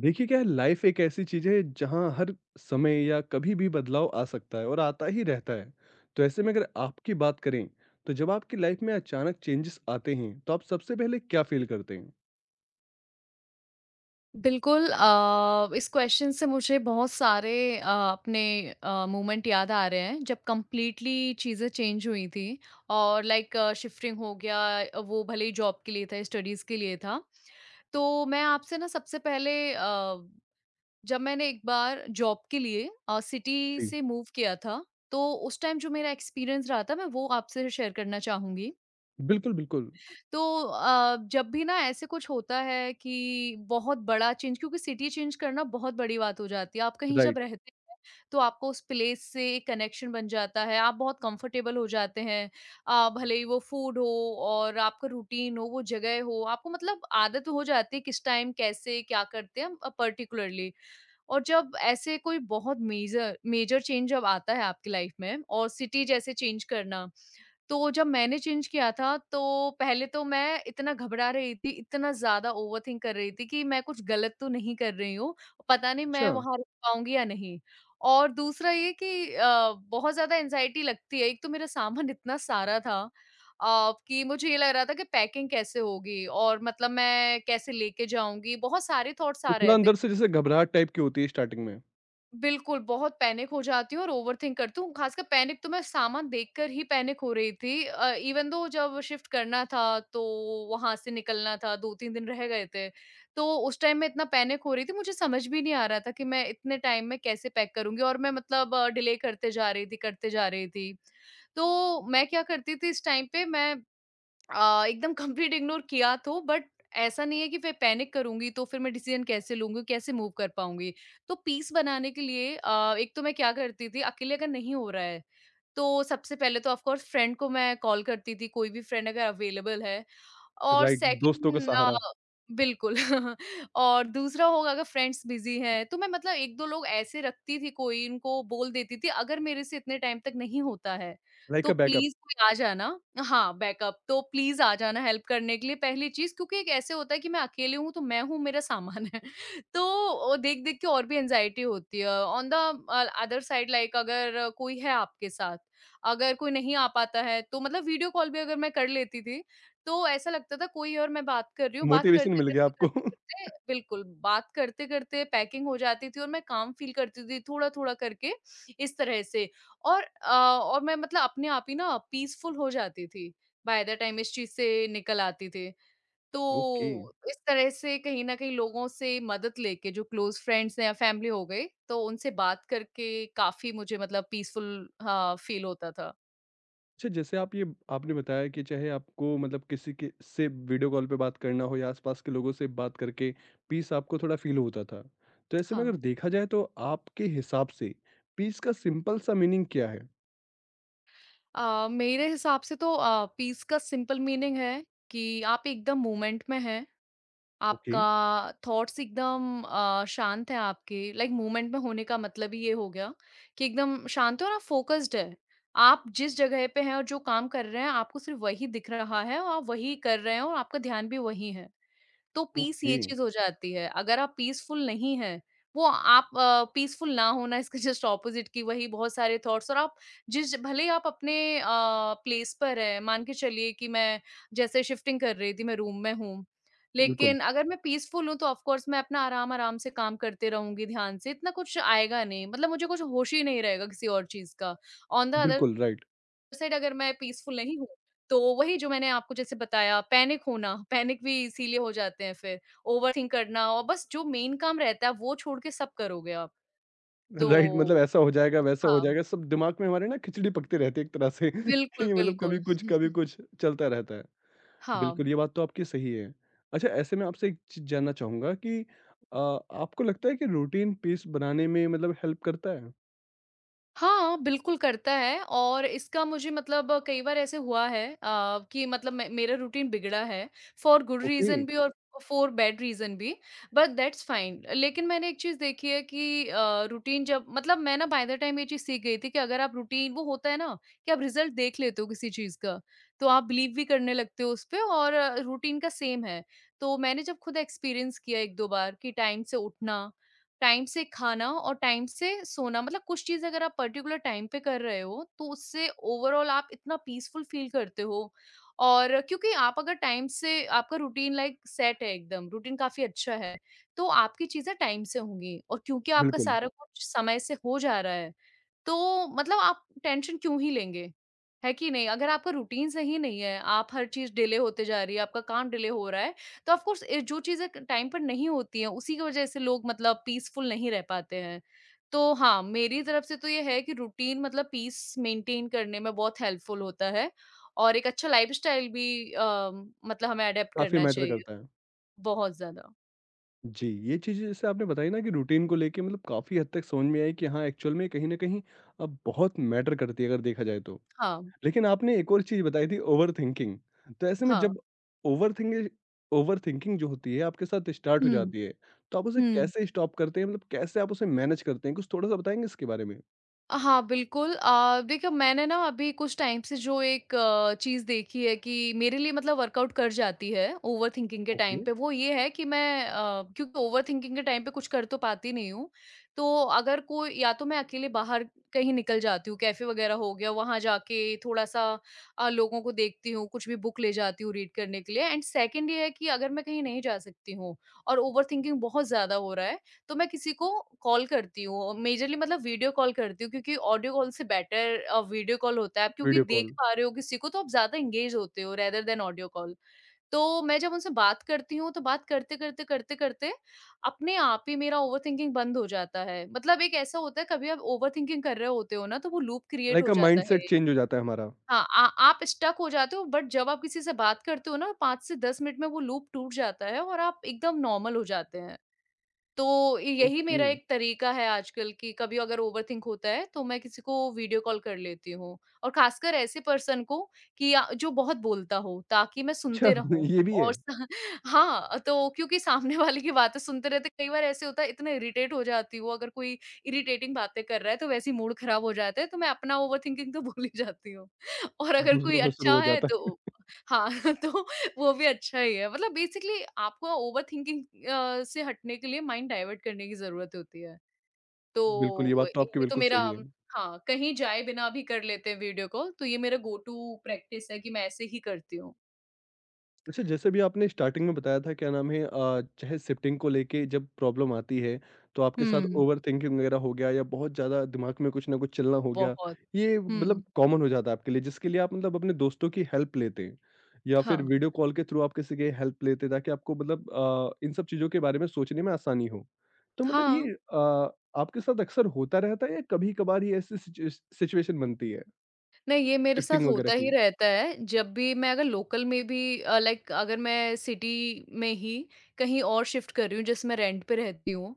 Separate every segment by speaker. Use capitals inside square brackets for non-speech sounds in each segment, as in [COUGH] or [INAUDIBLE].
Speaker 1: देखिए क्या है, लाइफ एक ऐसी चीज है जहां हर समय या कभी भी बदलाव आ सकता है और आता ही रहता है। तो ऐसे में अगर आपकी बात करें, तो जब आपकी लाइफ में अचानक चेंजेस आते हैं, तो आप सबसे पहले क्या फील करते हैं?
Speaker 2: बिल्कुल। इस क्वेश्चन से मुझे बहुत सारे अपने मोमेंट याद आ रहे हैं जब कम्प्लीटली चीज़ें चेंज हुई थी और लाइक शिफ्टिंग हो गया। वो भले ही जॉब के लिए था स्टडीज़ के लिए था। तो मैं आपसे ना सबसे पहले, जब मैंने एक बार जॉब के लिए सिटी
Speaker 1: जी।
Speaker 2: से मूव किया था, तो उस टाइम जो मेरा एक्सपीरियंस रहा था मैं वो आपसे शेयर करना चाहूँगी।
Speaker 1: बिल्कुल, बिल्कुल।
Speaker 2: तो जब भी ना ऐसे कुछ होता है कि बहुत बड़ा चेंज, क्योंकि सिटी चेंज करना बहुत बड़ी बात हो जाती है। आप कहीं जब
Speaker 1: राइट।
Speaker 2: रहते हैं, तो आपको उस प्लेस से एक कनेक्शन बन जाता है, आप बहुत कंफर्टेबल हो जाते हैं। भले ही वो फूड हो और आपका रूटीन हो, वो जगह हो, आपको मतलब आदत हो जाती है किस टाइम कैसे क्या करते हैं पर्टिकुलरली। और जब ऐसे कोई बहुत मेजर मेजर चेंज जब आता है आपकी लाइफ में और सिटी जैसे चेंज करना, तो जब मैंने चेंज किया था, तो पहले तो मैं इतना घबरा रही थी, इतना ज़्यादा ओवरथिंक कर रही थी कि मैं कुछ गलत तो नहीं कर रही हूँ, पता नहीं मैं
Speaker 1: अच्छा।
Speaker 2: वहाँ रुक पाऊँगी या नहीं। और दूसरा ये कि बहुत ज़्यादा एंग्ज़ायटी लगती है, एक तो मेरा सामान इतना सारा था, कि मुझे ये लग रहा था कि पैकिंग कैसे होगी और मतलब मैं कैसे लेके जाऊँगी, बहुत सारे थॉट्स
Speaker 1: तो
Speaker 2: आ
Speaker 1: थोड़ा
Speaker 2: रहे थे
Speaker 1: अंदर से
Speaker 2: क्योंकि
Speaker 1: जैसे घबराहट टाइप की होती है स्टार्टिंग में।
Speaker 2: बिल्कुल, बहुत पैनिक हो जाती हूँ और ओवरथिंक करती हूँ, खासकर पैनिक तो मैं सामान देखकर ही पैनिक हो रही थी। इवन दो जब शिफ्ट करना था, तो वहाँ से निकलना था, 2-3 दिन रह गए थे, तो उस टाइम मैं इतना पैनिक हो रही थी, मुझे समझ भी नहीं आ रहा था कि मैं इतने टाइम में कैसे पैक करूँगी और मैं मतलब डिले करते जा रही थी, करते जा रही थी। तो मैं क्या करती थी इस टाइम पे मैं एकदम कंप्लीट इग्नोर किया तो बट ऐसा नहीं है कि फिर पैनिक करूँगी तो फिर मैं डिसीज़न कैसे लूँगी, कैसे मूव कर पाऊँगी। तो पीस बनाने के लिए एक तो मैं क्या करती थी अकेले अगर नहीं हो रहा है, तो सबसे पहले तो ऑफ कोर्स फ्रेंड को मैं कॉल करती थी, कोई भी फ्रेंड अगर अवेलेबल है। और
Speaker 1: राइट, दोस्तों का
Speaker 2: सेकंड,
Speaker 1: सहारा।
Speaker 2: बिल्कुल। [LAUGHS] और दूसरा होगा अगर फ्रेंड्स बिज़ी हैं, तो मैं मतलब 1-2 लोग ऐसे रखती थी, कोई इनको बोल देती थी अगर मेरे से इतने टाइम तक नहीं होता है,
Speaker 1: लाइक
Speaker 2: तो
Speaker 1: अ बैकअप।
Speaker 2: प्लीज़ कोई आ जाना। हाँ, बैकअप तो प्लीज़ आ जाना हेल्प करने के लिए, पहली चीज़ क्योंकि एक ऐसे होता है कि मैं अकेले हूँ, तो मैं हूँ मेरा सामान है। [LAUGHS] तो देख-देख के और भी एंग्जायटी होती है। On the other side like अगर कोई है आपके साथ, अगर कोई नहीं आ पाता है, तो मतलब वीडियो कॉल भी अगर मैं कर लेती थी, तो ऐसा लगता था कोई और मैं बात कर रही हूँ, बात
Speaker 1: मोटिवेशन मिल गया
Speaker 2: करते-करते,
Speaker 1: आपको। [LAUGHS]
Speaker 2: बिल्कुल, बात करते-करते पैकिंग हो जाती थी और मैं काम फ़ील करती थी थोड़ा-थोड़ा करके इस तरह से। और और मैं मतलब अपने आप ही ना पीसफुल हो जाती थी, बाय द टाइम इस चीज़ से निकल आती थी। तो
Speaker 1: ओके।
Speaker 2: इस तरह से कहीं न कहीं लोगों से मदद लेके जो क्लोज़ फ्रेंड्स हैं या फैमिली हो गई, तो उनसे बात करके काफ़ी मुझे मतलब पीसफुल हाँ, फ़ील होता था।
Speaker 1: अच्छा, जैसे आप ये आपने बताया कि चाहे आपको मतलब किसी के से वीडियो कॉल पे बात करना हो या आसपास के लोगों से बात करके पीस आपको थोड़ा फील होता था। तो ऐसे में अगर
Speaker 2: हाँ।
Speaker 1: देखा जाए तो आपके हिसाब से पीस का सिंपल सा मीनिंग क्या है?
Speaker 2: मेरे हिसाब से तो पीस का सिंपल मीनिंग है कि आप एकदम मोमेंट में हैं,
Speaker 1: ओके।
Speaker 2: आपका थॉट्स एकदम शांत हैं आपके लाइक मोमेंट में होने का मतलब ही ये हो गया कि एकदम शांत हो और आप फोकस्ड है। आप जिस जगह पे हैं और जो काम कर रहे हैं, आपको सिर्फ वही दिख रहा है और आप वही कर रहे हैं और आपका ध्यान भी वही है। तो पीस ये
Speaker 1: ओके।
Speaker 2: चीज़ हो जाती है। अगर आप पीसफुल नहीं हैं, वो आप पीसफुल ना होना [LAUGHS] इसके जस्ट ऑपोज़िट कि वही बहुत सारे थॉट्स और आप जिस भले ही आप अपने प्लेस पर हैं, मान के चलिए कि मैं जैसे शिफ्टिंग कर रही थी, मैं रूम में हूँ।
Speaker 1: बिल्कुल,
Speaker 2: लेकिन अगर मैं पीसफुल हूँ, तो ऑफ़ कोर्स मैं अपना आराम-आराम से काम करते रहूँगी ध्यान से, इतना कुछ आएगा नहीं। मतलब मुझे कुछ होश ही नहीं रहेगा किसी और चीज़ का। ऑन द अदर
Speaker 1: बिल्कुल। राइट,
Speaker 2: साइड अगर मैं पीसफुल नहीं हूँ, तो वही जो मैंने आपको जैसे बताया पैनिक होना, पैनिक भी इसीलिए हो जाते हैं फिर, ओवरथिंक करना और बस जो मेन काम रहता है वो छोड़ के सब करोगे आप।
Speaker 1: राइट। मतलब
Speaker 2: तो
Speaker 1: ऐसा हो जाएगा, वैसा हो
Speaker 2: हाँ,
Speaker 1: जाएगा, सब दिमाग में हमारे ना खिचड़ी पकते रहती है एक तरह से [LAUGHS]
Speaker 2: बिल्कुल,
Speaker 1: कि मतलब
Speaker 2: बिल्कुल।
Speaker 1: कभी कुछ कभी कुछ चलता रहता है।
Speaker 2: हाँ।
Speaker 1: बिल्कुल, ये बात तो आपकी सही है। अच्छा, ऐसे में आपसे एक चीज़ जानना चाहूँगा कि अ, आपको लगता है कि रूटीन पीस बनाने में मतलब हेल्प करता है?
Speaker 2: हाँ, बिल्कुल करता है और इसका मुझे मतलब कई बार ऐसे हुआ है, कि मतलब मे मेरा रूटीन बिगड़ा है, फ़ॉर गुड
Speaker 1: ओके,
Speaker 2: रीज़न भी और फ़ॉर बैड रीज़न भी, बट दैट्स फाइन। लेकिन मैंने एक चीज़ देखी है कि रूटीन जब मतलब मैं ना बाय द टाइम ये चीज़ सीख गई थी कि अगर आप रूटीन वो होता है ना कि आप रिज़ल्ट देख लेते हो किसी चीज़ का, तो आप बिलीव भी करने लगते हो उसपे और रूटीन का सेम है। तो मैंने जब खुद एक्सपीरियंस किया 1-2 बार कि टाइम से उठना, टाइम से खाना और टाइम से सोना, मतलब कुछ चीज अगर आप पर्टिकुलर टाइम पे कर रहे हो तो उससे ओवरऑल आप इतना पीसफुल फील करते हो। और क्योंकि आप अगर टाइम से आपका रूटीन लाइक सेट है, एकदम रूटीन काफी अच्छा है, तो आपकी चीजें टाइम से होंगी और क्योंकि आपका
Speaker 1: बिल्कुल।
Speaker 2: सारा कुछ समय से हो जा रहा है, तो मतलब आप टेंशन क्यों ही लेंगे। है कि नहीं, अगर आपका रूटीन सही नहीं है, आप हर चीज डिले होते जा रही है, आपका काम डिले हो रहा है, तो ऑफ कोर्स जो चीज़ें क टाइम पर नहीं होती हैं, उसी की वज़ह से लोग मतलब पीसफुल नहीं रह पाते हैं। तो हाँ, मेरी तरफ से तो ये है कि रूटीन मतलब पीस मेंटेन करने में बहुत हेल्पफुल होता है और एक अच्छा लाइफ़स्टाइल भी मतलब हमें एडॉप्ट
Speaker 1: काफ़ी
Speaker 2: करना
Speaker 1: मैटर
Speaker 2: चाहिए,
Speaker 1: करता है।
Speaker 2: बहुत ज़्यादा।
Speaker 1: जी, ये चीज़ें जैसे आपने बताई ना कि रूटीन को लेके मतलब काफ़ी हद तक समझ में आई कि हाँ, एक्चुअल में कहीं न कहीं बहुत मैटर करती है अगर देखा जाए तो।
Speaker 2: हाँ,
Speaker 1: लेकिन आपने एक और चीज़ बताई थी ओवरथिंकिंग। तो ऐसे में
Speaker 2: हाँ।
Speaker 1: जब ओवरथिंग ओवरथिंकिंग जो होती है आपके साथ स्टार्ट हो
Speaker 2: हुँ,
Speaker 1: जाती है, तो आप उसे
Speaker 2: हुँ।
Speaker 1: कैसे स्टॉप करते हैं? मतलब कैसे आप उसे मैनेज करते हैं? कुछ थोड़ा-सा बताएँगे इसके बारे में?
Speaker 2: हाँ, बिल्कुल देखिए मैंने ना अभी कुछ टाइम से जो एक चीज़ देखी है कि मेरे लिए मतलब वर्कआउट कर जाती है ओवरथिंकिंग के
Speaker 1: ओके।
Speaker 2: टाइम पे, वो ये है कि मैं क्योंकि ओवरथिंकिंग के टाइम पे कुछ कर तो पाती नहीं हूँ, तो अगर कोई या तो मैं अकेले बाहर कहीं निकल जाती हूँ, कैफ़े वग़ैरह हो गया, वहाँ जाके थोड़ा-सा लोगों को देखती हूँ, कुछ भी बुक ले जाती हूँ रीड करने के लिए एंड सेकंड ये है कि अगर मैं कहीं नहीं जा सकती हूँ और ओवरथिंकिंग बहुत ज़्यादा हो रहा है, तो मैं किसी को कॉल करती हूँ, मेजरली मतलब वीडियो कॉल करती हूँ क्योंकि ऑडियो कॉल से बेटर वीडियो कॉल होता है। आप क्योंकि
Speaker 1: वीडियो
Speaker 2: देख
Speaker 1: कॉल।
Speaker 2: पा रहे हो किसी को, तो आप ज़्यादा एंगेज होते हो रेदर देन ऑडियो कॉल। तो मैं जब उनसे बात करती हूँ, तो बात करते-करते, करते-करते अपने आप ही मेरा ओवरथिंकिंग बंद हो जाता है। मतलब एक ऐसा होता है कभी आप ओवरथिंकिंग कर रहे होते हो ना, तो वो लूप क्रिएट
Speaker 1: लाइक
Speaker 2: हो
Speaker 1: अ
Speaker 2: जाता
Speaker 1: माइंडसेट
Speaker 2: है।
Speaker 1: चेंज हो जाता है हमारा।
Speaker 2: हाँ, आ आप स्टक हो जाते हो बट जब आप किसी से बात करते हो ना, 5 से 10 मिनट में वो लूप टूट जाता है और आप एकदम नॉर्मल हो जाते हैं। तो यही
Speaker 1: ओके।
Speaker 2: मेरा एक तरीका है आजकल कि कभी अगर ओवरथिंक होता है तो मैं किसी को वीडियो कॉल कर लेती हूँ। और खासकर ऐसे पर्सन को कि या जो बहुत बोलता हो ताकि मैं
Speaker 1: अच्छा,
Speaker 2: सुनते रहूँ।
Speaker 1: [LAUGHS] ये भी
Speaker 2: और
Speaker 1: है।
Speaker 2: [LAUGHS] हाँ, तो क्योंकि सामने [LAUGHS] वाले की बातें सुनते रहते, कई बार ऐसे होता है इतना इरिटेट हो जाती हूँ अगर कोई इरिटेटिंग बातें कर रहा है तो वैसे ही मूड खराब हो जाता है, तो मैं अपना ओवरथिंकिंग तो [LAUGHS] भूल ही जाती हूँ। [LAUGHS] और अगर कोई
Speaker 1: दूसरों का शुरू
Speaker 2: अच्छा
Speaker 1: हो
Speaker 2: है
Speaker 1: जाता है।
Speaker 2: तो हाँ [LAUGHS] तो वो भी अच्छा ही है। मतलब बेसिकली आपको ओवरथिंकिंग से हटने के लिए माइंड डाइवर्ट करने की ज़रूरत होती है।
Speaker 1: बिल्कुल, ये
Speaker 2: तो
Speaker 1: बात तो आपकी
Speaker 2: ये तो
Speaker 1: बिल्कुल
Speaker 2: मेरा
Speaker 1: सही है।
Speaker 2: हाँ, कहीं जाए बिना भी कर लेते हैं वीडियो कॉल, तो ये मेरा गो टू प्रैक्टिस है कि मैं ऐसे ही करती हूँ।
Speaker 1: अच्छा, जैसे भी आपने स्टार्टिंग में बताया था क्या नाम है, चाहे शिफ्टिंग को लेके जब प्रॉब्लम आती है, तो आपके साथ
Speaker 2: हुँ।
Speaker 1: ओवरथिंकिंग वगैरह हो गया या बहुत ज़्यादा दिमाग में कुछ ना कुछ चलना हो गया,
Speaker 2: बहुत।
Speaker 1: ये
Speaker 2: हुँ।
Speaker 1: मतलब कॉमन हो जाता है आपके लिए, जिसके लिए आप मतलब अपने दोस्तों की हेल्प लेते हैं या फिर
Speaker 2: हाँ।
Speaker 1: वीडियो कॉल के थ्रू आप किसी की हेल्प लेते हैं, ताकि आपको मतलब इन सब चीज़ों के बारे में सोचने में आसानी हो। तो मतलब
Speaker 2: हाँ।
Speaker 1: ये, आपके साथ अक्सर होता रहता है या कभी कभार ही ऐसी सिचुएशन बनती है?
Speaker 2: नहीं, ये मेरे साथ
Speaker 1: शिफ्टिंग वगैरह
Speaker 2: होता ही
Speaker 1: की।
Speaker 2: रहता है। जब भी मैं अगर लोकल में भी लाइक अगर मैं सिटी में ही कहीं और शिफ्ट कर रही हूँ, जैसे मैं रेंट पे रहती हूँ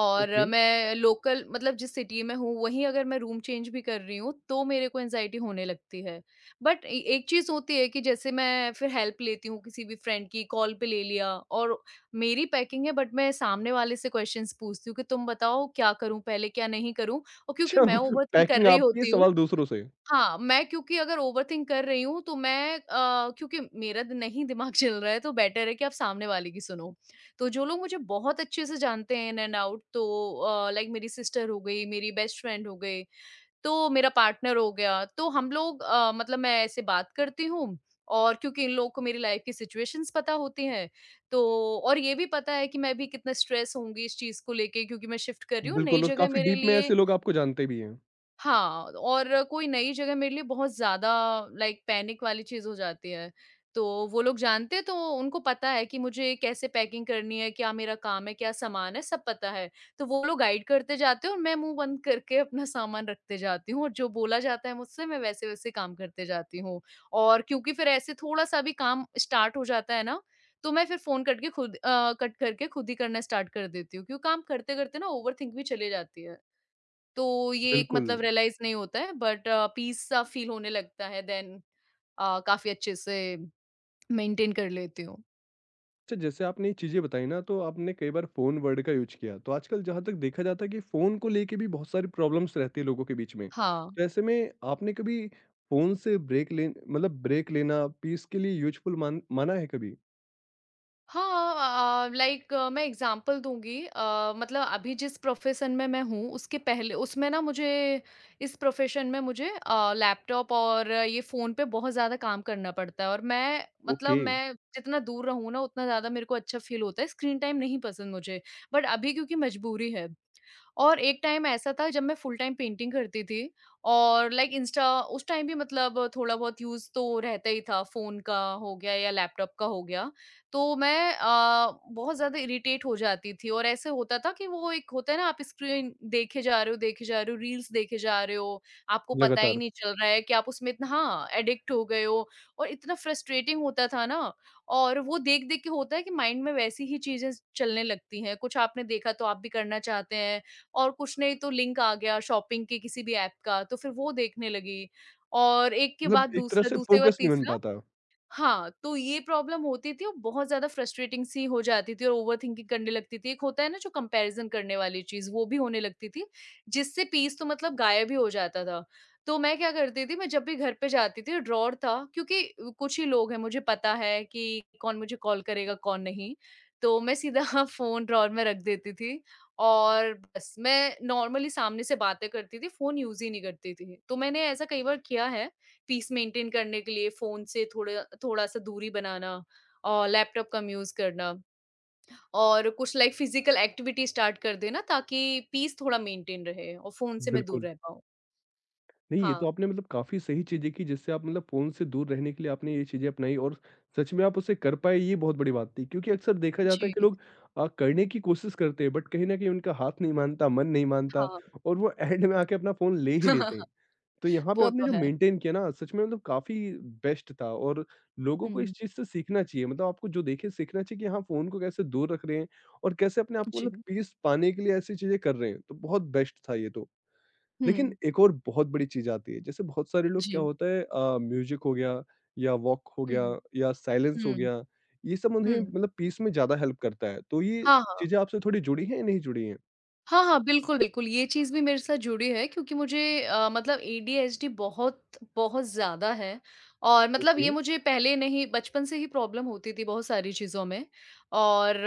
Speaker 2: और
Speaker 1: ओके।
Speaker 2: मैं लोकल मतलब जिस सिटी में हूँ, वहीं अगर मैं रूम चेंज भी कर रही हूँ, तो मेरे को एंग्ज़ायटी होने लगती है। बट ए एक चीज़ होती है कि जैसे मैं फिर हेल्प लेती हूँ किसी भी फ्रेंड की, कॉल पे ले लिया और मेरी पैकिंग है बट मैं सामने वाले से क्वेश्चन्स पूछती हूँ कि तुम बताओ क्या करूँ पहले, क्या नहीं करूँ? और क्योंकि
Speaker 1: अच्छा,
Speaker 2: मैं
Speaker 1: [LAUGHS]
Speaker 2: ओवरथिंक कर
Speaker 1: पैकिंग
Speaker 2: रही
Speaker 1: आपकी है,
Speaker 2: होती हूँ।
Speaker 1: सवाल दूसरों से।
Speaker 2: हाँ, मैं क्योंकि अगर ओवरथिंक कर रही हूँ तो मैं क्योंकि मेरा द नहीं दिमाग [LAUGHS] चल रहा है तो बेटर है कि आप सामने वाले की सुनो। तो जो लोग मुझे बहुत अच्छे से जानते हैं इन एंड आउट, तो लाइक मेरी सिस्टर हो गई, मेरी बेस्ट फ्रेंड हो गई, तो मेरा पार्टनर हो गया। तो हम लोग मतलब मैं ऐसे बात करती हूँ और क्योंकि इन लोगों को मेरी लाइफ की सिचुएशंस पता होती हैं, तो और ये भी पता है कि मैं भी कितना स्ट्रेस होंगी इस चीज़ को लेके, क्योंकि मैं शिफ्ट कर रही हूँ, नई
Speaker 1: बिल्कुल, और
Speaker 2: जगह
Speaker 1: काफ़ी
Speaker 2: मेरे
Speaker 1: डीप में
Speaker 2: लिए।
Speaker 1: ऐसे लोग आपको जानते भी हैं।
Speaker 2: हाँ, और कोई नई जगह मेरे लिए बहुत ज़्यादा लाइक पैनिक वाली चीज़ हो जाती है। तो वो लोग जानते हैं, तो उनको पता है कि मुझे कैसे पैकिंग करनी है, क्या मेरा काम है, क्या सामान है, सब पता है। तो वो लोग गाइड करते जाते हैं और मैं मुँह बंद करके अपना सामान रखते जाती हूँ और जो बोला जाता है मुझसे मैं वैसे-वैसे काम करते जाती हूँ। और क्योंकि फिर ऐसे थोड़ा-सा भी काम स्टार्ट हो जाता है ना, तो मैं फिर फ़ोन करके खुद कट करके खुद ही करना स्टार्ट कर देती हूँ क्यों काम करते-करते ना ओवरथिंक भी चली जाती है। तो ये एक
Speaker 1: बिल्कुल।
Speaker 2: मतलब रियलाइज़ नहीं होता है, बट पीस सा फ़ील होने लगता है। देन काफ़ी अच्छे से मेंटेन कर लेती हूँ।
Speaker 1: अच्छा, जैसे आपने ये चीज़ें बताई ना, तो आपने कई बार फ़ोन वर्ड का यूज़ किया। तो आजकल जहाँ तक देखा जाता है कि फ़ोन को लेके भी बहुत सारी प्रॉब्लम्स रहती है लोगों के बीच में।
Speaker 2: हाँ।
Speaker 1: तो ऐसे में आपने कभी फ़ोन से ब्रेक ले मतलब ब्रेक लेना पीस के लिए यूज़फुल माना है कभी?
Speaker 2: हाँ, लाइक मैं एग्ज़ाम्पल दूँगी। मतलब अभी जिस प्रोफ़ेशन में मैं हूँ उसके पहले उसमें ना मुझे इस प्रोफ़ेशन में मुझे लैपटॉप और ये फ़ोन पे बहुत ज़्यादा काम करना पड़ता है और मैं मतलब
Speaker 1: ओके।
Speaker 2: मैं जितना दूर रहूँ ना उतना ज़्यादा मेरे को अच्छा फ़ील होता है, स्क्रीन टाइम नहीं पसंद मुझे। बट अभी क्योंकि मजबूरी है। और एक टाइम ऐसा था जब मैं फुल टाइम पेंटिंग करती थी और लाइक इंस्टा, उस टाइम भी मतलब थोड़ा बहुत यूज तो रहता ही था, फोन का हो गया या लैपटॉप का हो गया। तो मैं बहुत ज्यादा इरिटेट हो जाती थी और ऐसे होता था कि वो एक होता है ना, आप स्क्रीन देखे जा रहे हो, देखे जा रहे हो, रील्स देखे जा रहे हो, आपको पता ही
Speaker 1: लगातार।
Speaker 2: नहीं चल रहा है कि आप उसमें इतना हाँ एडिक्ट हो गए हो। और इतना फ्रस्ट्रेटिंग होता था ना, और वो देख देख के होता है कि माइंड में वैसी ही चीजें चलने लगती हैं, कुछ आपने देखा तो आप भी करना चाहते हैं। और कुछ नहीं तो लिंक आ गया शॉपिंग के किसी भी ऐप का, तो फिर वो देखने लगी, और एक के
Speaker 1: मतलब
Speaker 2: बाद
Speaker 1: एक तरह
Speaker 2: दूसरा,
Speaker 1: से
Speaker 2: दूसरे के बाद
Speaker 1: फ़ोकस नहीं बन
Speaker 2: तीसरा।
Speaker 1: पाता।
Speaker 2: हाँ, तो ये प्रॉब्लम होती थी और बहुत ज़्यादा फ्रस्ट्रेटिंग सी हो जाती थी और ओवरथिंकिंग करने लगती थी। एक होता है ना जो कंपैरिज़न करने वाली चीज़, वो भी होने लगती थी, जिससे पीस तो मतलब गायब ही हो जाता था। तो मैं क्या करती थी, मैं जब भी घर पे जाती थी ड्रॉवर था, क्योंकि कुछ ही लोग हैं, मुझे पता है कि कौन मुझे कॉल करेगा, कौन नहीं। तो मैं सीधा [LAUGHS] फ़ोन ड्रॉवर में रख देती थी और बस मैं नॉर्मली सामने से बातें करती थी, फ़ोन यूज़ ही नहीं करती थी। तो मैंने ऐसा कई बार किया है, पीस मेंटेन करने के लिए फ़ोन से थोड़ा थोड़ा-सा दूरी बनाना और लैपटॉप कम यूज़ करना और कुछ लाइक फिज़िकल एक्टिविटी स्टार्ट कर देना, ताकि पीस थोड़ा मेंटेन रहे और फ़ोन से मैं दूर
Speaker 1: बिल्कुल।
Speaker 2: रह पाऊँ।
Speaker 1: नहीं, ये
Speaker 2: हाँ।
Speaker 1: तो आपने मतलब काफ़ी सही चीज़ें की, जिससे आप मतलब फ़ोन से दूर रहने के लिए आपने ये चीज़ें अपनाई, और सच में आप उसे कर पाए, ये बहुत बड़ी बात थी। क्योंकि अक्सर देखा जाता है
Speaker 2: जी।
Speaker 1: कि लोग करने की कोशिश करते हैं बट कहीं न कहीं उनका हाथ नहीं मानता, मन नहीं मानता,
Speaker 2: हाँ।
Speaker 1: और वो एंड में आके अपना फ़ोन ले ही लेते हैं।
Speaker 2: [LAUGHS]
Speaker 1: तो यहाँ पे
Speaker 2: वो
Speaker 1: आपने
Speaker 2: तो
Speaker 1: जो
Speaker 2: है।
Speaker 1: मेंटेन किया ना, सच में मतलब काफ़ी बेस्ट था, और लोगों को
Speaker 2: हुँ।
Speaker 1: इस चीज़ से सीखना चाहिए। मतलब आपको जो देखे सीखना चाहिए कि हाँ, फ़ोन को कैसे दूर रख रहे हैं और कैसे अपने आप को
Speaker 2: जी।
Speaker 1: मतलब पीस पाने के लिए ऐसी चीज़ें कर रहे हैं। तो बहुत बेस्ट था ये तो। लेकिन
Speaker 2: हुँ।
Speaker 1: एक और बहुत बड़ी चीज़ आती है, जैसे बहुत सारे लोग क्या
Speaker 2: जी।
Speaker 1: होता है, म्यूज़िक हो गया या वॉक हो
Speaker 2: हुँ।
Speaker 1: गया
Speaker 2: हुँ।
Speaker 1: या साइलेंस हो
Speaker 2: हुँ।
Speaker 1: गया, ये सब उन्हें
Speaker 2: हुँ।
Speaker 1: मतलब पीस में ज़्यादा हेल्प करता है। तो ये
Speaker 2: हाँ, हाँ।
Speaker 1: चीज़ें आपसे थोड़ी जुड़ी हैं या नहीं जुड़ी हैं?
Speaker 2: हाँ, हाँ, बिल्कुल, बिल्कुल, ये चीज़ भी मेरे साथ जुड़ी है, क्योंकि मुझे मतलब ADHD बहुत, बहुत ज़्यादा है और मतलब
Speaker 1: ओके।
Speaker 2: ये मुझे पहले नहीं, बचपन से ही प्रॉब्लम होती थी बहुत सारी चीज़ों में। और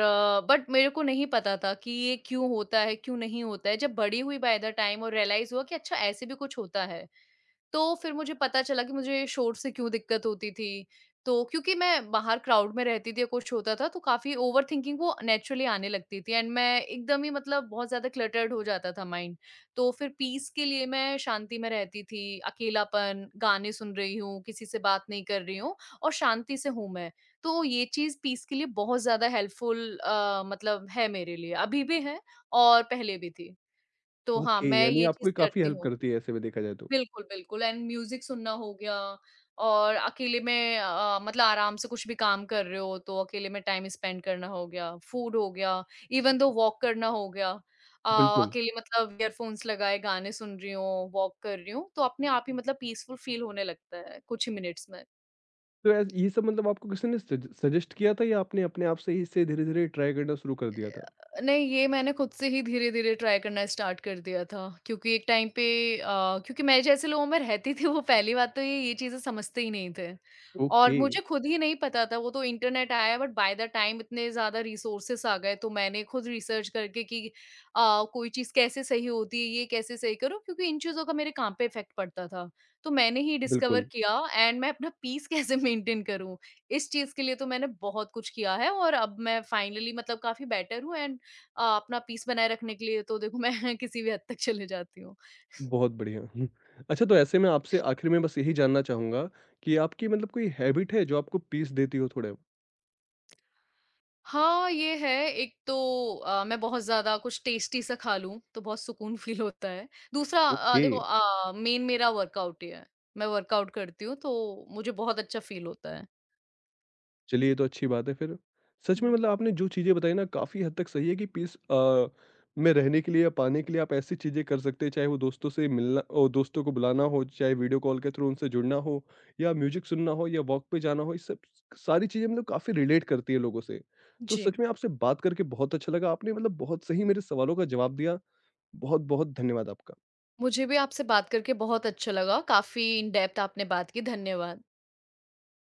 Speaker 2: बट मेरे को नहीं पता था कि ये क्यों होता है, क्यों नहीं होता है। जब बड़ी हुई बाय द टाइम और रियलाइज़ हुआ कि अच्छा ऐसे भी कुछ होता है। तो फिर मुझे पता चला कि मुझे शोर से क्यों दिक्कत होती थी। तो क्योंकि मैं बाहर क्राउड में रहती थी या कुछ होता था, तो काफ़ी ओवरथिंकिंग वो नेचुरली आने लगती थी, एंड मैं एकदम ही मतलब बहुत ज़्यादा क्लटर्ड हो जाता था माइंड। तो फिर पीस के लिए मैं शांति में रहती थी, अकेलापन, गाने सुन रही हूँ, किसी से बात नहीं कर रही हूँ और शांति से हूँ मैं। तो ये चीज़ पीस के लिए बहुत ज़्यादा हेल्पफुल मतलब है मेरे लिए, अभी भी है और पहले भी थी। तो हाँ,
Speaker 1: ओके,
Speaker 2: मैं
Speaker 1: यानी
Speaker 2: ये
Speaker 1: आपको
Speaker 2: चीज़
Speaker 1: ये काफ़ी
Speaker 2: करती
Speaker 1: हेल्प
Speaker 2: हूँ।
Speaker 1: करती है ऐसे में देखा जाए तो।
Speaker 2: बिल्कुल, बिल्कुल, एंड म्यूज़िक सुनना हो गया और अकेले में मतलब आराम से कुछ भी काम कर रहे हो तो अकेले में टाइम स्पेंड करना हो गया, फूड हो गया, इवन दो वॉक करना हो गया। अ,
Speaker 1: बिल्कुल।
Speaker 2: अकेले मतलब ईयरफ़ोन्स लगाए गाने सुन रही हूँ, वॉक कर रही हूँ, तो अपने आप ही मतलब पीसफुल फ़ील होने लगता है कुछ ही मिनट्स में।
Speaker 1: तो ऐस ये सब मतलब आपको किसी ने सज सजेस्ट किया था या आपने अपने आप से ही इसे धीरे-धीरे ट्राई करना शुरू कर दिया था?
Speaker 2: नहीं, ये मैंने खुद से ही धीरे-धीरे ट्राई करना स्टार्ट कर दिया था, क्योंकि एक टाइम पे अ, क्योंकि मैं जैसे लोगों में रहती थी वो पहली बात तो ये चीज़ें समझते ही नहीं थे और
Speaker 1: ओके,
Speaker 2: मुझे खुद ही नहीं पता था, वो तो इंटरनेट आया बट बाय द टाइम इतने ज़्यादा रिसोर्सेस आ गए, तो मैंने खुद रिसर्च करके कि कोई चीज़ कैसे सही होती है, ये कैसे सही करो, क्योंकि इन चीज़ों का मेरे काम पे इफ़ेक्ट पड़ता था। तो मैंने ही डिस्कवर
Speaker 1: बिल्कुल।
Speaker 2: किया एंड मैं अपना पीस [LAUGHS] कैसे मेंटेन करूँ, इस चीज़ के लिए तो मैंने बहुत कुछ किया है और अब मैं फाइनली मतलब काफ़ी बेटर हूँ एंड अपना पीस बनाए रखने के लिए तो देखो मैं [LAUGHS] किसी भी हद तक चले जाती हूँ।
Speaker 1: बहुत बढ़िया। हम्म। अच्छा, तो ऐसे में आपसे आखिर में बस यही जानना चाहूँगा कि आपकी मतलब कोई हैबिट है जो आपको पीस देती हो थोड़ा?
Speaker 2: हाँ, ये है एक तो मैं बहुत ज़्यादा कुछ टेस्टी सा खा लूँ, तो बहुत सुकून [LAUGHS] फ़ील होता है। दूसरा
Speaker 1: ओके।
Speaker 2: मेन मेरा वर्कआउट ही है। मैं वर्कआउट करती हूँ, तो मुझे बहुत अच्छा फ़ील होता है।
Speaker 1: चलिए, ये तो अच्छी बात है फिर। सच में
Speaker 2: हुँ,
Speaker 1: मतलब आपने जो चीज़ें बताई ना काफ़ी हद तक सही है कि पीस में रहने के लिए या पाने के लिए आप ऐसी चीज़ें कर सकते हैं, चाहे वो दोस्तों से मिलना ओ दोस्तों को बुलाना हो, चाहे वीडियो कॉल के थ्रू उनसे जुड़ना हो या म्यूज़िक सुनना हो या वॉक पे जाना हो, ये सब सारी चीज़ें मतलब काफ़ी रिलेट करती है लोगों से। तो
Speaker 2: जी।
Speaker 1: सच में आपसे बात करके बहुत अच्छा लगा। आपने मतलब बहुत सही मेरे सवालों का जवाब दिया। बहुत-बहुत धन्यवाद आपका।
Speaker 2: मुझे भी आपसे बात करके बहुत अच्छा लगा। काफ़ी इन डेप्थ आपने बात की। धन्यवाद।